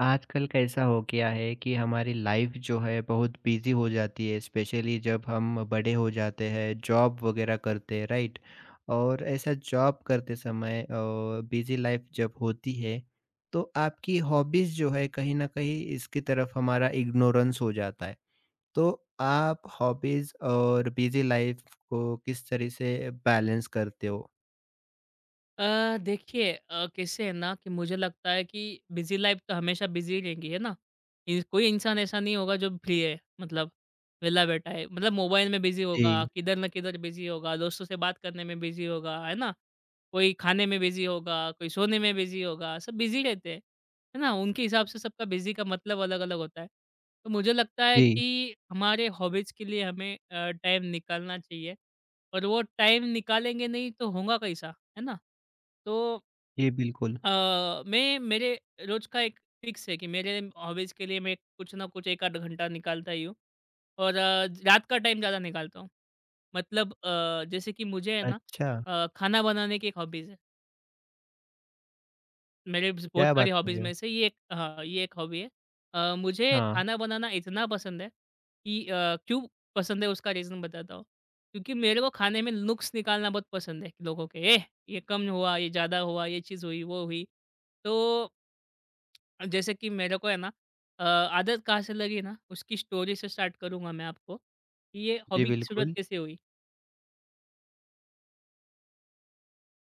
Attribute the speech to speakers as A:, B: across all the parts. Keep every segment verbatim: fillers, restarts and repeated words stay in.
A: आजकल कैसा हो गया है कि हमारी लाइफ जो है बहुत बिजी हो जाती है, स्पेशली जब हम बड़े हो जाते हैं, जॉब वगैरह करते हैं, राइट। और ऐसा जॉब करते समय बिजी लाइफ जब होती है तो आपकी हॉबीज जो है कहीं ना कहीं इसकी तरफ हमारा इग्नोरेंस हो जाता है। तो आप हॉबीज और बिजी लाइफ को किस तरह से बैलेंस करते हो?
B: अ, देखिए, अ, कैसे है ना कि मुझे लगता है कि बिजी लाइफ तो हमेशा बिजी रहेंगी, है ना। इन- कोई इंसान ऐसा नहीं होगा जो फ्री है। मतलब वेला बैठा है, मतलब मोबाइल में बिजी होगा,
A: जी।
B: किधर ना किधर बिजी होगा, दोस्तों से बात करने में बिजी होगा, है ना। कोई खाने में बिजी होगा, कोई सोने में बिजी होगा, सब बिजी रहते हैं। है ना, उनके हिसाब से सबका बिजी का मतलब अलग अलग होता है। तो मुझे लगता है
A: जी।
B: कि हमारे हॉबीज के लिए हमें टाइम निकालना चाहिए। और वो टाइम निकालेंगे नहीं तो होगा कैसा? है ना? तो
A: जी बिल्कुल।
B: अ, मैं मेरे रोज़ का एक फ़िक्स है कि मेरे हॉबीज़ के लिए मैं कुछ ना कुछ एक आध घंटा निकालता ही हूँ। और अ, ज- रात का टाइम ज़्यादा निकालता हूँ। मतलब अ, जैसे कि मुझे है ना,
A: अच्छा।
B: अ, खाना बनाने की एक हॉबीज़ है। मेरे ब बहुत
A: क्या
B: सारी
A: बात कर
B: हॉबीज़
A: रहे हो?
B: में से ये एक, हाँ, ये एक हॉबी है। अ, मुझे
A: हाँ।
B: खाना बनाना इतना पसंद है कि अ, क्यों पसंद है उसका रीज़न बताता हूँ। क्योंकि मेरे को खाने में नुक्स निकालना बहुत पसंद है कि लोगों के, "एह! ये कम हुआ, ये ज़्यादा हुआ, ये चीज़ हुई, वो हुई।" तो जैसे कि मेरे को है ना, अ, आदत कहाँ से लगी ना, उसकी स्टोरी से स्टार्ट करूँगा मैं आपको कि ये
A: जी
B: हॉबी की शुरुआत
A: बिल्कुल,
B: कैसे हुई।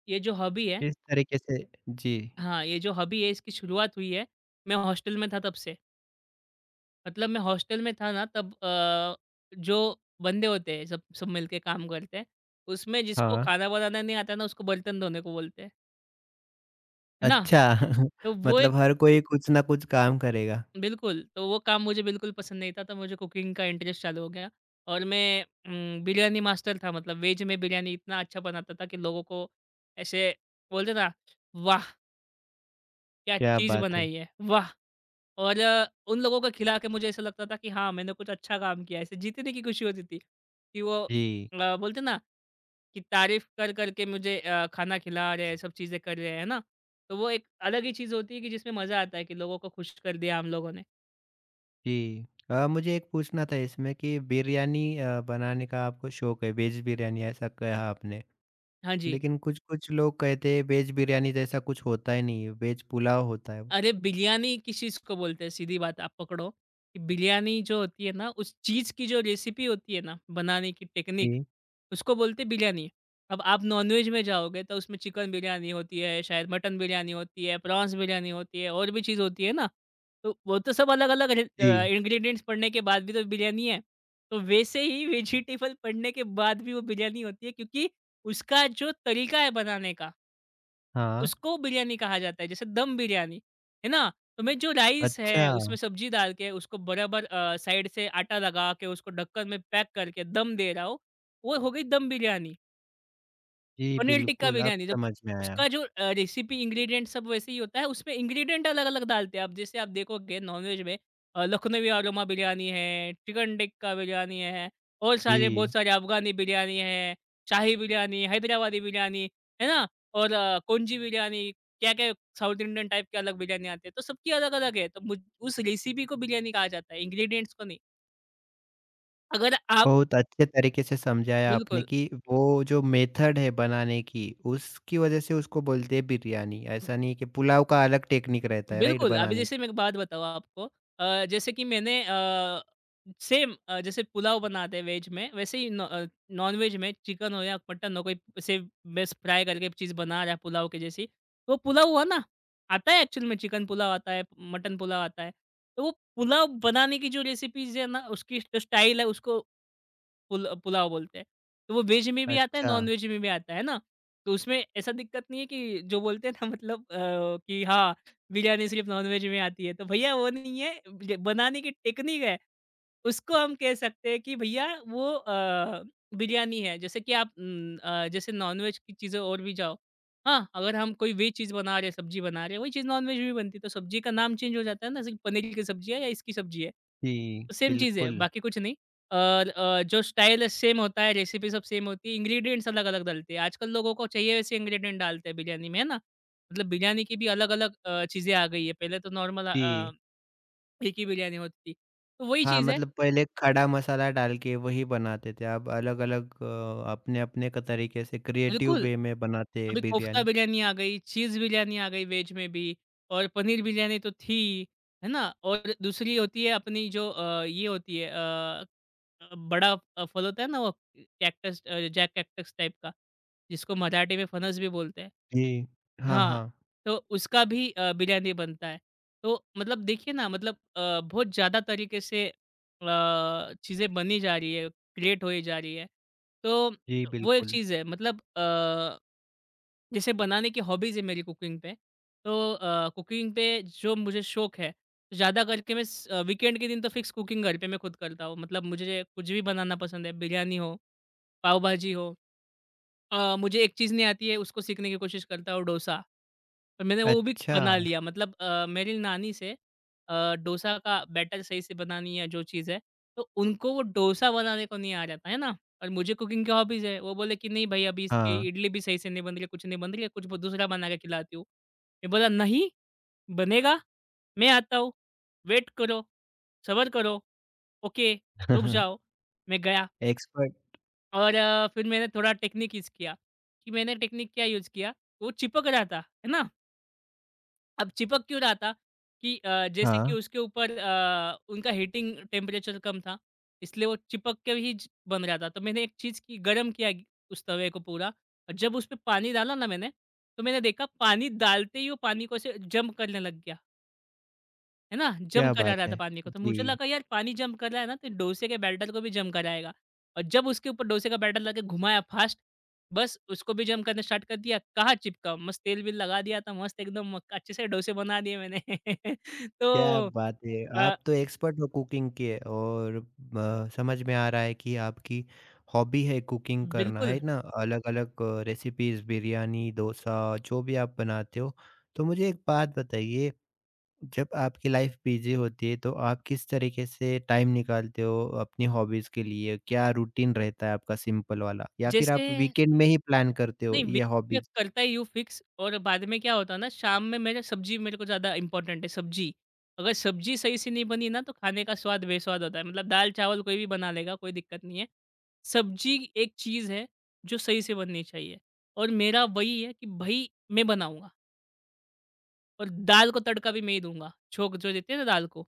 B: ये जो हॉबी है,
A: किस तरीके से? जी,
B: हाँ, ये जो हॉबी है इसकी शुरुआत हुई है, मैं हॉस्टल में था तब से। मतलब मैं हॉस्टल में था ना, तब अ, जो बंदे होते हैं सब सब मिलके काम करते हैं, उसमें जिसको
A: हाँ।
B: खाना बनाना नहीं आता ना उसको बर्तन धोने को बोलते हैं, है ना?
A: अच्छा,
B: तो वो एक
A: मतलब हर कोई कुछ ना कुछ काम करेगा।
B: बिल्कुल, तो वो काम मुझे बिल्कुल पसंद नहीं था, तो मुझे कुकिंग का इंटरेस्ट चालू हो गया। और मैं, उम, बिरयानी मास्टर था, मतलब वेज में बिरयानी इतना अच्छा बनाता था कि लोगों को ऐसे बोलते ना, "वाह! क्या
A: क्या
B: चीज़
A: बात है।
B: बनाई है, वाह!" और अ, उन लोगों को खिला के मुझे ऐसा लगता था कि हाँ, मैंने कुछ अच्छा काम किया है। ऐसे जीतने की खुशी होती थी कि वो
A: जी,
B: अ, बोलते हैं ना कि तारीफ़ कर कर के मुझे अ, खाना खिला रहे हैं, सब चीज़ें कर रहे हैं, है ना? तो वो एक अलग ही चीज़ होती है कि जिसमें मज़ा आता है कि लोगों को खुश कर दिया हम लोगों ने।
A: जी। अ, मुझे एक पूछना था इसमें कि बिरयानी अ, बनाने का आपको शौक है, वेज बिरयानी ऐसा कहा आपने।
B: हाँ जी।
A: लेकिन कुछ-कुछ लोग कहते हैं वेज बिरयानी जैसा कुछ होता ही नहीं है, वेज पुलाव होता है वो।
B: अरे! बिरयानी किस चीज़ को बोलते हैं? सीधी बात आप पकड़ो, कि बिरयानी जो होती है ना, उस चीज़ की जो रेसिपी होती है ना, बनाने की टेक्निक,
A: जी।
B: उसको बोलते हैं बिरयानी। अब आप नॉन-वेज में जाओगे तो उसमें चिकन बिरयानी होती है, शायद मटन बिरयानी होती है, प्रॉन्स बिरयानी होती है और भी चीज़ होती है ना, तो वो तो सब अलग-अलग रे अ,
A: जी,
B: इंग्रीडिएंट्स पड़ने के बाद भी तो बिरयानी है। तो वैसे ही वेजिटेबल पड़ने के बाद भी वो बिरयानी होती है, क्योंकि उसका जो तरीका है बनाने का,
A: हाँ।
B: उसको बिरयानी कहा जाता है, जैसे दम बिरयानी, है ना? तो मैं, जो राइस
A: अच्छा,
B: है, उसमें सब्ज़ी डाल के उसको बराबर अ, साइड से आटा लगा के उसको ढक्कन में पैक करके दम दे रहा हूँ, वो हो गई दम बिरयानी।
A: जी
B: पनीर टिक्का
A: बिल्कुल, अब
B: बिरयानी जब,
A: समझ में आया।
B: उसका जो अ, रेसिपी इंग्रीडिएंट सब वैसे ही होता है, उसमें इंग्रीडिएंट अलग-अलग डालते हैं। अब जैसे आप देखोगे नॉनवेज में, अ, लखनवी अरोमा बिरयानी है, चिकन टिक्का बिरयानी है और सारे बहुत
A: जी।
B: सारे अफ़गानी बिरयानी है, शाही बिरयानी, हैदराबादी बिरयानी, है ना? और अ, कोंजी बिरयानी, क्या-क्या साउथ इंडियन टाइप के अलग बिरयानी आते हैं, तो सबकी अलग-अलग है। तो मुझ उस रेसिपी को बिरयानी कहा जाता है, इंग्रीडिएंट्स को नहीं। अगर आप
A: बहुत अच्छे तरीके से समझाया आपने
B: बिल्कुल।
A: कि वो जो मेथड है बनाने की, उसकी वजह से उसको बोलते हैं बिरयानी। ऐसा नहीं है कि पुलाव का अलग टेक्निक रहता है, राइट,
B: बिल्कुल, अभी
A: बनाने का।
B: जैसे मैं एक बात बताऊँ आपको, अ, जैसे कि मैंने, अ, सेम अ, जैसे पुलाव बनाते हैं वेज में, वैसे ही नॉ अ, नॉन-वेज में चिकन हो या मटन हो, कोई ऐसे बस फ्राई करके चीज़ बना रहा है पुलाव के जैसी, तो पुलाव हुआ ना, आता है, एक्चुअल में चिकन पुलाव आता है, मटन पुलाव आता है। तो वो पुलाव बनाने की जो रेसिपीज़ है ना, उसकी जो स्टाइल है उसको पुल पुलाव बोलते हैं। तो वो वेज में भी आता है,
A: अच्छा,
B: नॉन-वेज में भी आता है, है ना? तो उसमें ऐसा दिक्कत नहीं है कि जो बोलते हैं ना मतलब अ, कि हाँ, बिरयानी सिर्फ़ नॉन-वेज में आती है। तो भैया वो नहीं है, ज बनाने की टेक्निक है। उसको हम कह सकते हैं कि भैया वो अ, बिरयानी है। जैसे कि आप, उम, अ, जैसे नॉन-वेज की चीज़ें और भी जाओ। हाँ, अगर हम कोई वेज चीज़ बना रहे हैं, सब्ज़ी बना रहे हैं, वही चीज़ नॉन-वेज में भी बनती है। तो सब्ज़ी का नाम चेंज हो जाता है ना, सिर्फ़ पनीर की सब्ज़ी है या इसकी सब्ज़ी है।
A: जी,
B: सेम चीज़ है,
A: बिल्कुल।
B: बाकी कुछ नहीं। और अ, जो स्टाइल है सेम होता है, रेसिपी सब सेम होती है, इंग्रीडिएंट्स अलग-अलग डलते हैं। आजकल लोगों को चाहिए वैसे इंग्रीडिएंट डालते हैं बिरयानी में, है ना? मतलब बिरयानी की भी अलग-अलग अ, चीज़ें आ गई है। पहले तो नॉर्मल,
A: जी,
B: अ, एक ही बिरयानी होती थी। तो वही
A: हाँ,
B: चीज़ है।
A: मतलब पहले खड़ा मसाला डाल के वही बनाते थे, अब अलग-अलग अ, अपने-अपने क तरीके से क्रिएटिव
B: बिल्कुल।
A: वे में बनाते
B: अभी
A: हैं
B: कोफ्ता
A: बिरयानी।
B: बिरयानी आ गई, चीज़ बिरयानी आ गई वेज में भी, और पनीर बिरयानी तो थी, है ना? और दूसरी होती है अपनी जो, अ, ये होती है, अ, अ, बड़ा अ, फल होता है ना वो, cactus, uh, jack cactus type का, जिसको मराठी में फणस भी बोलते हैं।
A: जी, हाँ,
B: हाँ,
A: हाँ।
B: तो उसका भी अ, बिरयानी बनता है। तो मतलब देखिए ना, मतलब अ, बहुत ज़्यादा तरीके से अ, चीज़ें बनी जा रही है, क्रिएट होई जा रही है। तो
A: जी,
B: वो एक
A: बिल्कुल।
B: चीज़ है, मतलब अ जैसे बनाने की हॉबीज़ है मेरी कुकिंग पे, तो अ, कुकिंग पे जो मुझे शौक है, ज़्यादा करके मैं स वीकेंड के दिन तो फिक्स कुकिंग घर पे मैं खुद करता हूँ। मतलब मुझे कुछ भी बनाना पसंद है, बिरयानी हो, पाव भाजी हो। अ, मुझे एक चीज़ नहीं आती है, उसको सीखने की कोशिश करता हूँ, डोसा। पर मैंने वो भी
A: अच्छा,
B: बना लिया, मतलब अ, मेरी नानी से, अ, डोसा का बैटर सही से बनानी है जो चीज़ है, तो उनको वो डोसा बनाने को नहीं आ जाता है ना, और मुझे कुकिंग की हॉबीज़ है। वो बोले कि, "नहीं भई, अभी इसकी
A: हाँ।
B: इडली भी सही से नहीं बन रही है, कुछ नहीं बन रही है, कुछ ब दूसरा बना के खिलाती हूँ।" मैं बोला, "नहीं, बनेगा, मैं आता हूँ, वेट करो, सब्र करो, ओके, रुक जाओ।" मैं गया।
A: एक्सपर्ट।
B: और अ, फिर मैंने थोड़ा टेक्निक यूज़ किया, कि मैंने टेक्निक क्या यूज़ किया, वो चिपक रहा था, है ना? अब चिपक क्यों रहा था कि, अ, जैसे कि
A: हाँ,
B: उसके ऊपर, अ, उनका हीटिंग टेम्परेचर कम था, इसलिए वो चिपक के ही ज बन रहा था। तो मैंने एक चीज़ की, गरम किया ग उस तवे को पूरा, और जब उसपे पानी डाला ना मैंने, तो मैंने देखा पानी डालते ही वो पानी को ऐसे जम्प करने लग गया। है ना? जंप
A: क्या
B: करा
A: बात
B: रहा था
A: है!
B: पानी को, तो मुझे
A: जी।
B: लगा यार पानी जंप कर रहा है ना, तो डोसे के बैटर को भी जंप कराएगा। और जब उसके ऊपर डोसे का बैटर लगा के घुमाया फास्ट, बस उसको भी जंप करना स्टार्ट कर दिया, कहाँ चिपका। मस्त तेल-वेल लगा दिया था, मस्त एकदम म अच्छे से डोसे बना दिए मैंने।
A: क्या
B: तो
A: बात है!
B: अ,
A: आप तो एक्सपर्ट हो कुकिंग के और अ, समझ में आ रहा है कि आपकी हॉबी है कुकिंग करना,
B: बिल्कुल,
A: है ना? अलग-अलग रेसिपीज़ बिरयानी, डोसा जो भी आप बनाते हो। तो मुझे एक बात बताइए, जब आपकी लाइफ़ बिज़ी होती है तो आप किस तरीके से टाइम निकालते हो अपनी हॉबीज़ के लिए? क्या रूटीन रहता है आपका सिंपल वाला? या फिर
B: जैसे,
A: आप वीकेंड में ही प्लान करते हो
B: नहीं, वीक
A: ये
B: में
A: हॉबीज़?
B: करता ही हूँ फिक्स। और बाद में क्या होता है ना, शाम में मेरा, सब्ज़ी मेरे को ज़्यादा इम्पोर्टेंट है, सब्ज़ी। अगर सब्ज़ी सही से नहीं बनी ना तो खाने का स्वाद बेस्वाद होता है। मतलब दाल-चावल कोई भी बना लेगा, कोई दिक्कत नहीं है। सब्जी एक चीज़ है जो सही से बननी चाहिए, और मेरा वही है कि भई मैं बनाऊँगा। और दाल को तड़का भी मैं ही दूँगा। छोंक जो देते हैं ना दाल को,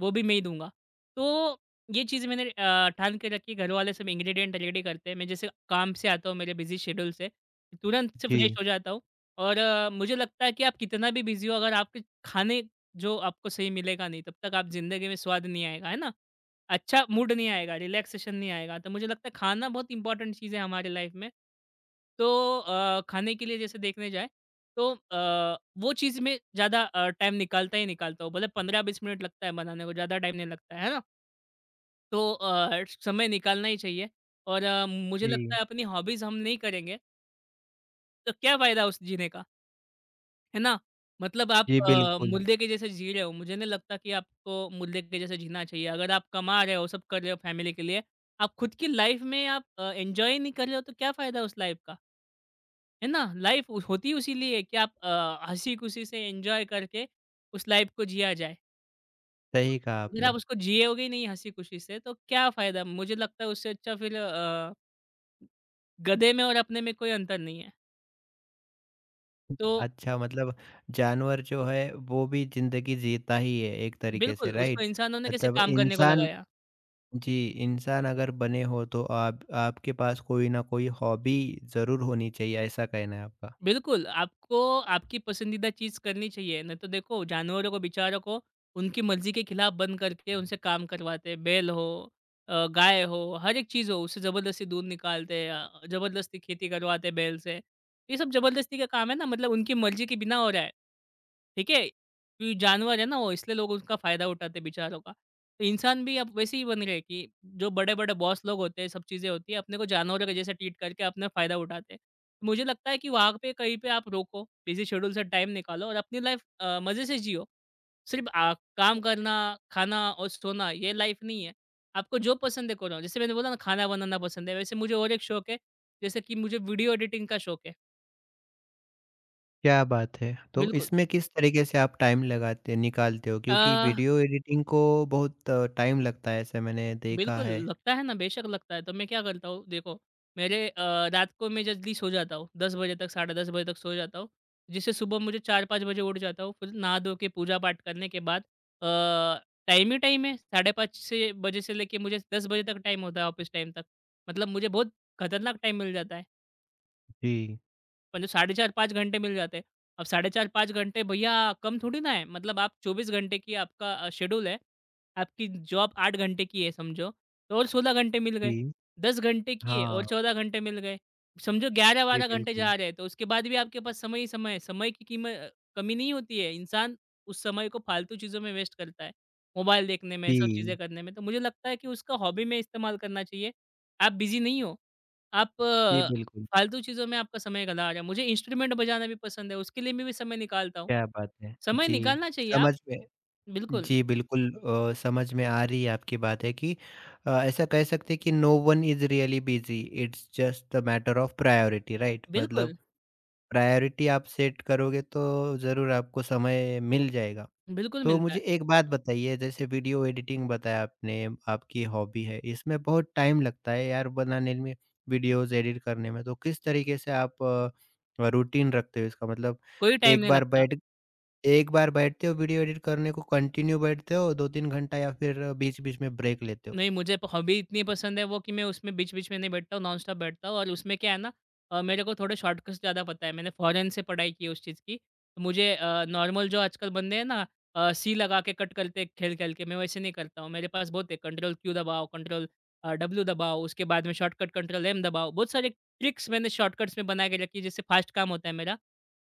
B: वो भी मैं ही दूँगा। तो ये चीज़ मैंने अ, ठान के रखी, घरवाले सब इंग्रीडिएंट रेडी करते हैं। मैं जैसे काम से आता हूँ मेरे बिज़ी शेड्यूल से, तुरंत से फ्रेश
A: जी,
B: हो जाता हूँ, और अ, मुझे लगता है कि आप कितना भी बिज़ी हो अगर आपके खाने जो आपको सही मिलेगा नहीं, तब तक आप ज़िंदगी में स्वाद नहीं आएगा, है ना? अच्छा मूड नहीं आएगा, रिलैक्सेशन नहीं आएगा। तो मुझे लगता है खाना बहुत इंपॉर्टेंट चीज़ है हमारे लाइफ़ में। तो अ, खाने के लिए जैसे देखने जाएँ तो, अ, वो चीज़ में ज़्यादा अ, टाइम निकालता ही निकालता हूँ। भले पंद्रह बीस मिनट लगता है बनाने को, ज़्यादा टाइम नहीं लगता है, है ना? तो अ, समय निकालना ही चाहिए। और अ, मुझे लगता
A: जी।
B: है अपनी हॉबीज़ हम नहीं करेंगे, तो क्या फ़ायदा उस जीने का, है ना? मतलब आप
A: जी,
B: अ,
A: बिल्कुल।
B: मुर्दे के जैसे जी रहे हो, मुझे नहीं लगता कि आपको मुर्दे के जैसे जीना चाहिए। अगर आप कमा रहे हो, सब कर रहे हो फैमिली के लिए, आप खुद की लाइफ़ में आप अ, एन्जॉय नहीं कर रहे हो, तो क्या फ़ायदा उस लाइफ़ का? है ना? लाइफ़ उस होती उसी लिए है कि आप अ, हँसी-खुशी से एन्जॉय करके उस लाइफ़ को जिया जाए।
A: सही कहा
B: अगर आप
A: आपने।
B: उसको जियोगे ही नहीं हँसी-खुशी से तो क्या फ़ायदा? मुझे लगता है उससे अच्छा फिर अ, गधे में और अपने में कोई अंतर नहीं है। तो
A: अच्छा मतलब जानवर जो है वो भी ज़िंदगी जीता ही है एक तरीके
B: बिल्कुल,
A: से,
B: उसको
A: राइट?
B: इंसान होने कैसे
A: मतलब
B: काम करने को
A: इंसान,
B: लगाया।
A: जी, इंसान अगर बने हो तो आप आपके पास कोई ना कोई हॉबी ज़रूर होनी चाहिए ऐसा कहना है आपका।
B: बिल्कुल, आपको आपकी पसंदीदा चीज़ करनी चाहिए, नहीं तो देखो जानवरों को बेचारों को उनकी मर्ज़ी के खिलाफ़ बंद करके उनसे काम करवाते हैं। बैल हो अ, गाय हो, हर एक चीज़ हो, उससे ज़बरदस्ती दूध निकालते हैं, अ, ज़बरदस्ती खेती करवाते हैं बैल से। ये सब ज़बरदस्ती का काम है ना, मतलब उनकी मर्ज़ी के बिना हो रहा है। ठीक है? क्योंकि जानवर है ना वो, इसलिए लोग उसका फ़ायदा उठाते हैं बेचारों का। तो इंसान भी अब वैसे ही बन रहे हैं कि जो बड़े-बड़े बॉस लोग होते हैं, सब चीज़ें होती हैं, अपने को जानवरों के जैसे ट्रीट करके अपना फ़ायदा उठाते हैं। मुझे लगता है कि वहाँ पे कहीं पे आप रोको, बिज़ी शेड्यूल से टाइम निकालो और अपनी लाइफ़ अ, मज़े से जियो। सिर्फ़ अ, काम करना, खाना और सोना ये लाइफ़ नहीं है। आपको जो पसंद है करो। जैसे मैंने बोला ना खाना बनाना पसंद है, वैसे मुझे और एक शौक है, जैसे कि मुझे वीडियो एडिटिंग का शौक है।
A: क्या बात है। तो
B: बिल्कुल।
A: इसमें किस तरीके से आप टाइम लगाते निकालते हो?
B: अ
A: क्योंकि वीडियो एडिटिंग को बहुत टाइम लगता है ऐसे मैंने देखा
B: बिल्कुल,
A: है।
B: लगता है ना, बेशक लगता है। तो मैं क्या करता हूँ, देखो मेरे अ, रात को मैं जल्दी सो जाता हूँ, दस बजे तक, साढ़े दस बजे तक सो जाता हूँ, जिससे सुबह मुझे चार-पाँच बजे उठ जाता हूँ। फिर नहा-धो के पूजा-पाठ करने के बाद अ, टाइम ही टाइम है, साढ़े पाँच से बजे से लेके मुझे दस बजे तक टाइम होता है, ऑफ़िस टाइम तक। मतलब मुझे बहुत खतरनाक टाइम मिल जाता है।
A: जी,
B: मतलब साढ़े चार-पाँच घंटे मिल जाते हैं। अब साढ़े चार-पाँच घंटे भईया कम थोड़ी ना है, मतलब आप चौबीस घंटे की आपका अ, शेड्यूल है, आपकी जॉब आठ घंटे की है समझो, तो और सोलह घंटे मिल गए,
A: जी।
B: दस घंटे की है और
A: हाँ,
B: चौदह घंटे मिल गए, समझो
A: जी
B: ग्यारह-बारह घंटे
A: बिल्कुल।
B: जा रहे हैं, तो उसके बाद भी आपके पास समय ही समय है, समय की कीम अ, कमी नहीं होती है, इंसान उस समय को फालतू चीज़ों में वेस्ट करता है, मोबाइल देखने में, सब चीज़ें
A: जी,
B: करने में, तो मुझे लगता है कि उसका हॉबी में इस्तेमाल करना चाहिए। आप बिज़ी नहीं हो, आप
A: जी बिल्कुल।
B: फालतू चीज़ों में आपका समय चला आ रहा है। मुझे इंस्ट्रूमेंट बजाना भी पसंद है, उसके लिए मैं भी समय निकालता हूँ।
A: क्या बात है।
B: समय
A: जी,
B: निकालना चाहिए आप।
A: समझ में,
B: बिल्कुल,
A: जी, बिल्कुल अ, समझ में आ रही है आपकी बात है कि अ, ऐसा कह सकते हैं कि no one is really busy, it's just a matter of priority, right?
B: बिल्कुल,
A: मतलब प्रायोरिटी आप सेट करोगे तो ज़रूर आपको समय मिल जाएगा।
B: बिल्कुल
A: तो
B: मिलता है।
A: मुझे एक बात बताइए, जैसे वीडियो एडिटिंग बताया आपने आपकी हॉबी है, इसमें बहुत टाइम लगता है यार बनाने में, वीडियोज़ एडिट करने में, तो किस तरीके से आप अ, रूटीन रखते हो इसका मतलब?
B: कोई टाइम
A: एक
B: नहीं
A: बार
B: लगता।
A: बैठ एक बार बैठते हो वीडियो एडिट करने को कंटिन्यू बैठते हो दो तीन घंटा या फिर बीच-बीच में ब्रेक लेते हो?
B: नहीं, मुझे प हॉबी इतनी पसंद है वो कि मैं उसमें बीच-बीच में नहीं बैठता हूँ, नॉनस्टॉप बैठता हूँ और उसमें क्या है ना। अ, मेरे को थोड़े शॉर्टकट्स ज़्यादा पता है। मैंने फ़ॉरेन से पढ़ाई की है उस चीज़ की। तो मुझे अ, नॉर्मल जो आजकल बंदे हैं ना अ, सी लगा के कट करते हैं खेल-खेल के, मैं वैसे नहीं करता हूँ। मेरे पास बहुत है, कंट्रोल क्यू दबाओ, कंट्रोल अ, डब्ल्यू दबाओ, उसके बाद में शॉर्टकट कंट्रोल एम दबाओ। बहुत सारे ट्रिक्स मैंने शॉर्टकट्स में बना के रखी है, जिससे फ़ास्ट काम होता है मेरा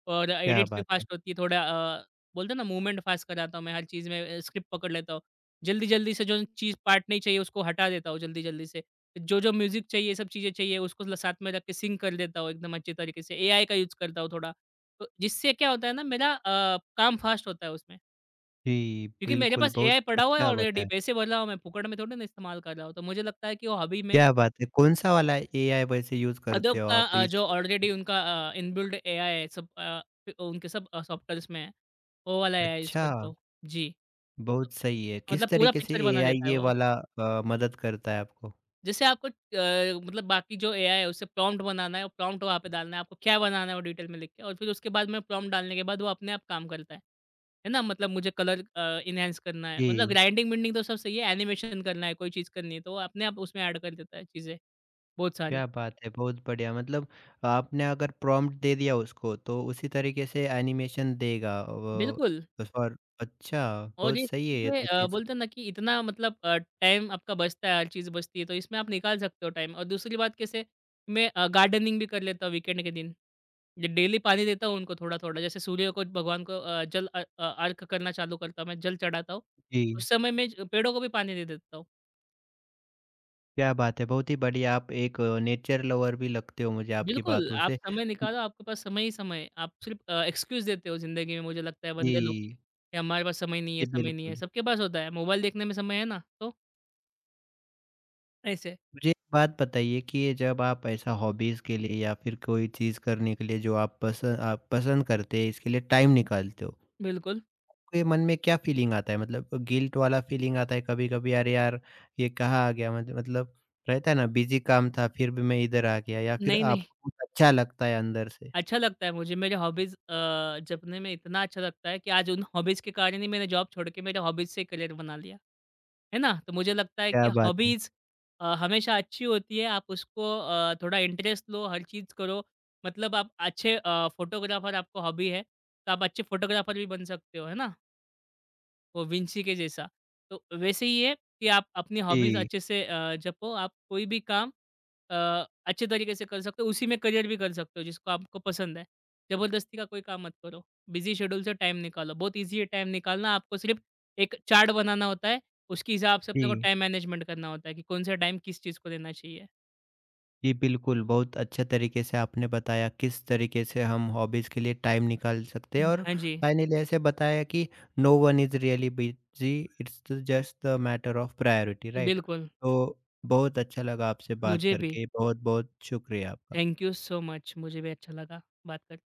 B: और
A: क्या
B: एडिट्स भी
A: बात है!
B: फ़ास्ट होती है। थोड़ा अ, बोलते हैं ना मूवमेंट फ़ास्ट कराता हूँ मैं हर चीज़ में, अ, स्क्रिप्ट पकड़ लेता हूँ। जल्दी-जल्दी से जो चीज़ पार्ट नहीं चाहिए उसको हटा देता हूँ जल्दी-जल्दी से। जो-जो म्यूज़िक चाहिए ये सब चीज़ें चाहिए उसको ल साथ में रख के सिंक कर देता हूँ एकदम अच्छे तरीके से। एआई का यूज़ करता हूँ थोड़ा। तो जिससे क्या होता है ना, मेरा अ, काम फास्ट होता है उसमें।
A: जी,
B: क्योंकि मेरे
A: बिल्कुल
B: पास
A: बहुत
B: एआई पड़ा हुआ है
A: अच्छा
B: ऑलरेडी,
A: बताया।
B: पैसे भर रहा हूँ मैं, फुकड़ में थोड़ी ना इस्तेमाल कर रहा हूँ। तो मुझे लगता है कि वो हॉबी में
A: क्या बात है! कौन-सा वाला एआई वैसे यूज़ करते
B: अडोब
A: हो
B: का
A: आप
B: अ,
A: इस?
B: जो ऑलरेडी उनका अ, इनबिल्ट एआई है सब अ, फि- उनके सब अ, सॉफ्टवेयर्स में है। वो वाला एआई यूज़
A: अच्छा,
B: करता हूँ। जी।
A: बहुत सही है। किस
B: मतलब पूरा
A: तरीके से
B: पिक्चर बना
A: एआई
B: देता है
A: ये
B: वो।
A: वाला अ, मदद करता है आपको?
B: जैसे आपको अ, मतलब बाकी जो एआई है उसे प्रॉम्प्ट बनाना है और प्रॉम्प्ट वहाँ पे डालना है, आपको क्या बनाना है वो डिटेल में लिख के और फिर उसके बाद में प्रॉम्प्ट डालने के बाद वो अपने आप काम करता है। है ना? मतलब मुझे कलर अ, एनहांस करना है, मतलब
A: जी,
B: ग्राइंडिंग-विंडिंग तो सब सही है, एनिमेशन करना है, कोई चीज़ करनी है तो वो अपने आप उसमें ऐड कर देता है चीज़ें, बहुत सारी।
A: क्या बात है! बहुत बढ़िया मतलब आपने अगर प्रॉम्प्ट दे दिया उसको तो उसी तरीके से एनिमेशन देगा वो
B: बिल्कुल।
A: उस पर। अच्छा,
B: और
A: बहुत
B: ये
A: सही है ये
B: चीज़ें
A: तो
B: अ,
A: चीज़।
B: बोलते हैं ना कि इतना मतलब अ, टाइम आपका बचता है, हर चीज़ बचती है, तो इसमें आप निकाल सकते हो टाइम। और दूसरी बात कैसे, मैं अ, गार्डनिंग भी कर लेता हूँ वीकेंड के दिन। ये डेली पानी देता हूँ उनको थोड़ा-थोड़ा, जैसे सूर्य को भगवान को अ, जल अ अ, अर्घ करना चालू करता हूँ मैं, जल चढ़ाता हूँ।
A: जी।
B: उस समय मैं ज पेड़ों को भी पानी दे देता हूँ।
A: क्या बात है! बहुत ही बढ़िया, आप एक नेचर लवर भी लगते हो मुझे आपकी
B: बिल्कुल,
A: बातों
B: आप
A: से।
B: समय निकालो, आपके पास समय ही समय है। आप सिर्फ अ, एक्सक्यूज़ देते हो ज़िंदगी में, मुझे लगता है बंदे लोग,
A: जी,
B: कि हमारे पास समय नहीं है,
A: जी
B: समय नहीं है।
A: बिल्कुल।
B: सबके पास होता है, मोबाइल देखने में समय है ना, तो ऐसे।
A: मुझे एक बात बताइए कि ये जब आप ऐसा हॉबीज़ के लिए या फिर कोई चीज़ करने के लिए जो आप पस आप पसंद करते हैं इसके लिए टाइम निकालते हो,
B: बिल्कुल।
A: तो ये मन में क्या फ़ीलिंग आता है? मतलब गिल्ट वाला फ़ीलिंग आता है कभी-कभी, अरे यार! ये कहाँ आ गया, मत मतलब रहता है ना बिज़ी काम था फिर भी मैं इधर आ गया, या फिर
B: नहीं, नहीं,
A: आपको कुछ अच्छा लगता है अंदर से?
B: अच्छा लगता है मुझे, मेरे हॉबीज़ अ, जपने में इतना अच्छा लगता है कि आज उन हॉबीज़ के कारण ही मैंने जॉब छोड़ के मेरे हॉबीज़ से करियर बना लिया। है ना? तो मुझे लगता है कि
A: क्या बात है!
B: हॉबीज़ अ, हमेशा अच्छी होती है, आप उसको अ, थोड़ा इंटरेस्ट लो, हर चीज़ करो। मतलब आप अच्छे अ, फ़ोटोग्राफ़र आपको हॉबी है, तो आप अच्छे फ़ोटोग्राफ़र भी बन सकते हो, है ना? वो विंसी के जैसा। तो वैसे ही है कि आप अपनी हॉबीज़
A: जी,
B: अच्छे से अ, जपो, आप कोई भी काम अ, अच्छे तरीके से कर सकते हो, उसी में करियर भी कर सकते हो जिसको आपको पसंद है। ज़बरदस्ती का कोई काम मत करो। बिज़ी शेड्यूल से टाइम निकालो, बहुत ईज़ी है टाइम निकालना, आपको सिर्फ़ एक चार्ट बनाना होता है, उसके हिसाब से अपने को
A: जी।
B: टाइम मैनेजमेंट करना होता है कि कौन-सा टाइम किस चीज़ को देना चाहिए।
A: जी, बिल्कुल, बहुत अच्छे तरीके से आपने बताया किस तरीके से हम हॉबीज़ के लिए टाइम निकाल सकते हैं और
B: हाँ जी,
A: फाइनली ऐसे बताया कि no one is really busy, it's just the matter of priority, right?
B: बिल्कुल।
A: तो बहुत अच्छा लगा आपसे बात
B: मुझे भी,
A: करके, बहुत-बहुत शुक्रिया आपका।
B: थैंक यू सो मच, मुझे भी अच्छा लगा बात कर